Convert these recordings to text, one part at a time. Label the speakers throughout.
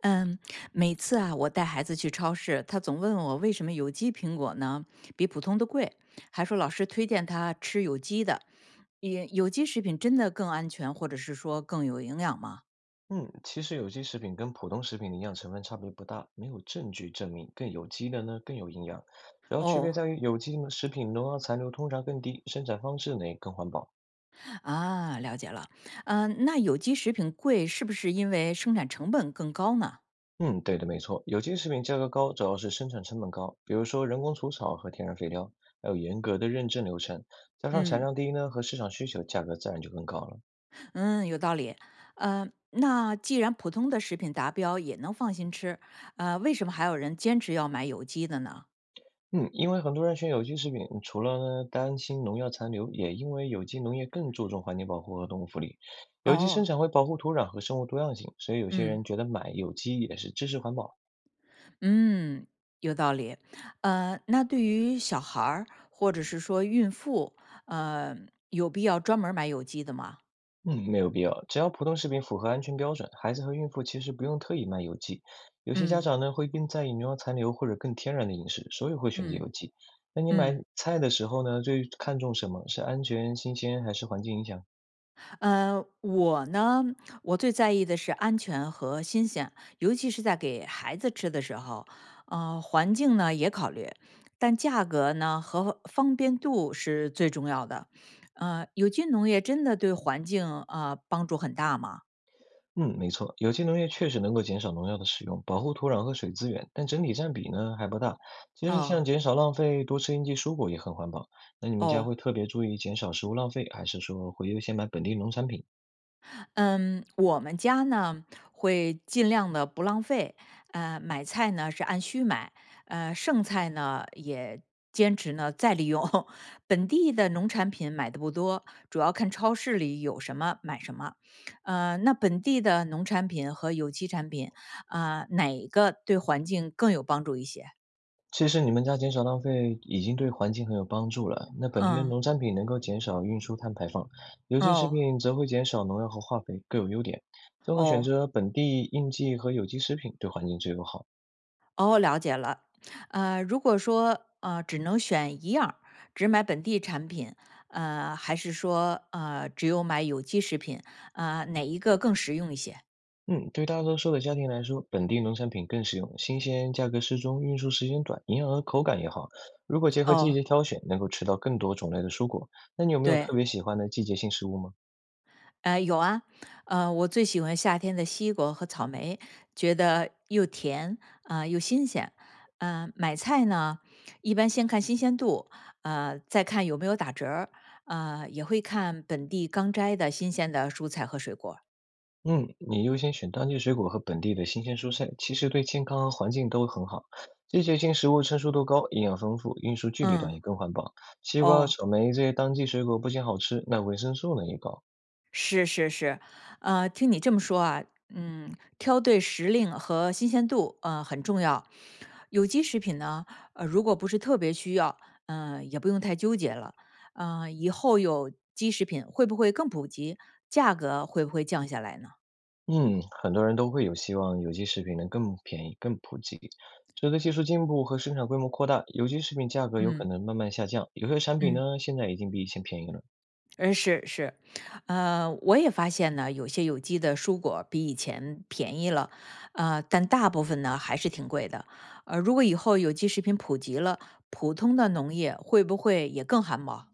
Speaker 1: 嗯，每次啊，我带孩子去超市，他总问我为什么有机苹果呢比普通的贵，还说老师推荐他吃有机的。也有机食品真的更安全，或者是说更有营养吗？
Speaker 2: 嗯，其实有机食品跟普通食品的营养成分差别不大，没有证据证明更有机的呢更有营养。主要区别
Speaker 1: 哦，
Speaker 2: 在于有机食品农药残留通常更低，生产方式呢也更环保。
Speaker 1: 啊，了解了。嗯，那有机食品贵是不是因为生产成本更高呢？
Speaker 2: 嗯，对的，没错，有机食品价格高，主要是生产成本高，比如说人工除草和天然肥料，还有严格的认证流程，加上产
Speaker 1: 嗯
Speaker 2: 量低呢和市场需求，价格自然就更高了。
Speaker 1: 嗯，有道理。那既然普通的食品达标也能放心吃，为什么还有人坚持要买有机的呢？
Speaker 2: 嗯，因为很多人选有机食品，除了呢担心农药残留，也因为有机农业更注重环境保护和动物福利。有机生
Speaker 1: 哦，
Speaker 2: 产会保护土壤和生物多样性，所以有些
Speaker 1: 嗯。
Speaker 2: 人觉得买有机也是支持环保。
Speaker 1: 嗯，有道理。那对于小孩儿或者是说孕妇，呃，有必要专门儿买有机的吗？
Speaker 2: 嗯，没有必要，只要普通食品符合安全标准，孩子和孕妇其实不用特意买有机。有些家
Speaker 1: 嗯
Speaker 2: 长呢会更在意农药残留或者更天然的饮食，所以会选择
Speaker 1: 嗯
Speaker 2: 有机。那你买
Speaker 1: 嗯。
Speaker 2: 菜的时候呢，最看重什么？是安全、新鲜还是环境影响？
Speaker 1: 我呢，我最在意的是安全和新鲜，尤其是在给孩子吃的时候，环境呢也考虑，但价格呢和方便度是最重要的。有机农业真的对环境帮助很大吗？
Speaker 2: 嗯，没错，有机农业确实能够减少农药的使用，保护土壤和水资源，但整体占比呢还不大。其实像
Speaker 1: 哦
Speaker 2: 减少浪费、多吃应季蔬果也很环保。那你们家
Speaker 1: 哦。
Speaker 2: 会特别注意减少食物浪费，还是说会优先买本地农产品？
Speaker 1: 嗯，我们家呢会尽量的不浪费，买菜呢是按需买，剩菜呢也坚持呢再利用。本地的农产品买的不多，主要看超市里有什么买什么。那本地的农产品和有机产品，哪个对环境更有帮助一些？
Speaker 2: 其实你们家减少浪费已经对环境很有帮助了。那本地的
Speaker 1: 嗯，
Speaker 2: 农产品能够减少运输碳排放，有机食
Speaker 1: 哦
Speaker 2: 品则会减少农药和化肥，各有优点。综合选
Speaker 1: 哦，
Speaker 2: 择本地应季和有机食品，对环境最友好。
Speaker 1: 哦，了解了。如果说只能选一样儿只买本地产品，还是说只有买有机食品，哪一个更实用一些？
Speaker 2: 嗯，对大多数的家庭来说，本地农产品更实用，新鲜、价格适中、运输时间短，营养和口感也好。如果结合季
Speaker 1: 哦，
Speaker 2: 节挑选，能够吃到更多种类的蔬果。那你有没有
Speaker 1: 对，
Speaker 2: 特别喜欢的季节性食物吗？
Speaker 1: 有啊，我最喜欢夏天的西瓜和草莓，觉得又甜啊，又新鲜。买菜呢，一般先看新鲜度，再看有没有打折儿，也会看本地刚摘的新鲜的蔬菜和水果。
Speaker 2: 嗯，你优先选当季水果和本地的新鲜蔬菜，其实对健康和环境都很好。季节性食物成熟度高，营养丰富，运输距离短，
Speaker 1: 嗯，
Speaker 2: 也更环保。西瓜、
Speaker 1: 哦，
Speaker 2: 草莓这些当季水果不仅好吃，那维生素呢也高。
Speaker 1: 是是是，听你这么说啊，挑对时令和新鲜度，很重要。有机食品呢，如果不是特别需要，也不用太纠结了。以后有机食品会不会更普及？价格会不会降下来呢？
Speaker 2: 嗯，很多人都会有希望有机食品能更便宜、更普及。随着技术进步和生产规模扩大，有机食品价格有可
Speaker 1: 嗯
Speaker 2: 能慢慢下降。有些产品
Speaker 1: 嗯。
Speaker 2: 呢，现在已经比以前便宜了。
Speaker 1: 嗯，是是，我也发现呢，有些有机的蔬果比以前便宜了，但大部分呢还是挺贵的。如果以后有机食品普及了，普通的农业会不会也更环保？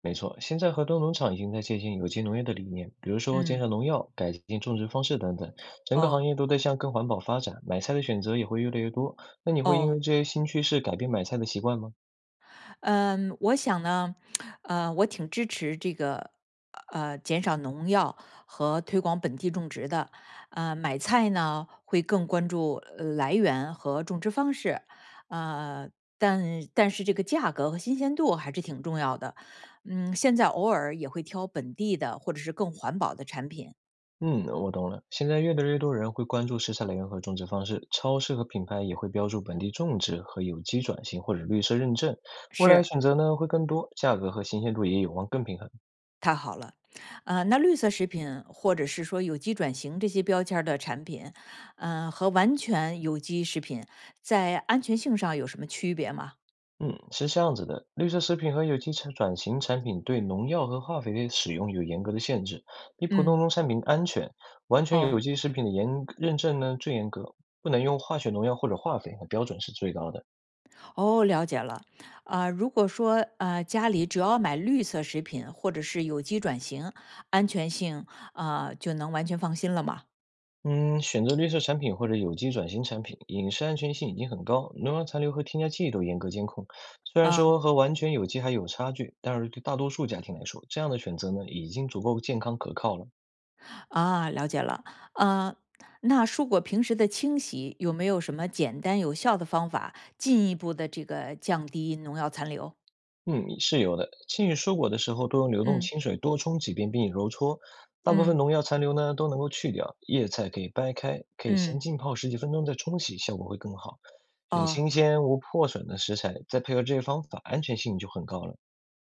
Speaker 2: 没错，现在很多农场已经在借鉴有机农业的理念，比如说减
Speaker 1: 嗯，
Speaker 2: 少农药、改进种植方式等等。整个行
Speaker 1: 哦
Speaker 2: 业都在向更环保发展，买菜的选择也会越来越多。那你会因
Speaker 1: 哦。
Speaker 2: 为这些新趋势改变买菜的习惯吗？
Speaker 1: 嗯，我想呢，我挺支持这个，减少农药和推广本地种植的。买菜呢会更关注来源和种植方式，呃，但但是这个价格和新鲜度还是挺重要的。嗯，现在偶尔也会挑本地的或者是更环保的产品。
Speaker 2: 嗯，我懂了。现在越来越多人会关注食材来源和种植方式，超市和品牌也会标注本地种植和有机转型或者绿色认证。未来
Speaker 1: 是，
Speaker 2: 选择呢会更多，价格和新鲜度也有望更平衡。
Speaker 1: 太好了，那绿色食品或者是说有机转型这些标签儿的产品，和完全有机食品在安全性上有什么区别吗？
Speaker 2: 嗯，是这样子的，绿色食品和有机产转型产品对农药和化肥的使用有严格的限制，比普通
Speaker 1: 嗯，
Speaker 2: 农产品安全。完全有
Speaker 1: 哦
Speaker 2: 机食品的严认证呢最严格，不能用化学农药或者化肥，标准是最高的。
Speaker 1: 哦，了解了。啊，如果说家里只要买绿色食品或者是有机转型，安全性啊，就能完全放心了吗？
Speaker 2: 嗯，选择绿色产品或者有机转型产品，饮食安全性已经很高，农药残留和添加剂都严格监控。虽然
Speaker 1: 啊，
Speaker 2: 说和完全有机还有差距，但是对大多数家庭来说，这样的选择呢，已经足够健康可靠了。
Speaker 1: 啊，了解了。啊，那蔬果平时的清洗有没有什么简单有效的方法，进一步的这个降低农药残留？
Speaker 2: 嗯，是有的。清洗蔬果的时候多用流动
Speaker 1: 嗯
Speaker 2: 清水多冲几遍并揉搓，大部
Speaker 1: 嗯
Speaker 2: 分农药残留呢都能够去掉。叶菜可以掰开，可以
Speaker 1: 嗯，
Speaker 2: 先浸泡十几分钟再冲洗，效果会更好。选
Speaker 1: 哦，
Speaker 2: 新鲜无破损的食材，再配合这些方法，安全性就很高了。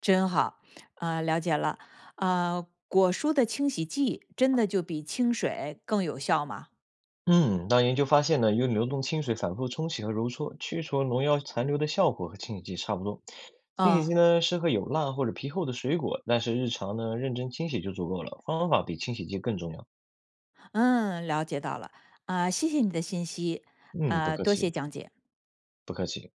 Speaker 1: 真好啊，了解了。啊，果蔬的清洗剂真的就比清水更有效吗？
Speaker 2: 嗯，那研究发现呢，用流动清水反复冲洗和揉搓，去除农药残留的效果和清洗剂差不多。清洗
Speaker 1: 哦，
Speaker 2: 剂呢，适合有蜡或者皮厚的水果，但是日常呢，认真清洗就足够了。方法比清洗剂更重要。
Speaker 1: 嗯，了解到了。啊，谢谢你的信息，
Speaker 2: 嗯，不
Speaker 1: 啊，
Speaker 2: 客
Speaker 1: 多谢
Speaker 2: 气，
Speaker 1: 讲解。
Speaker 2: 不客气。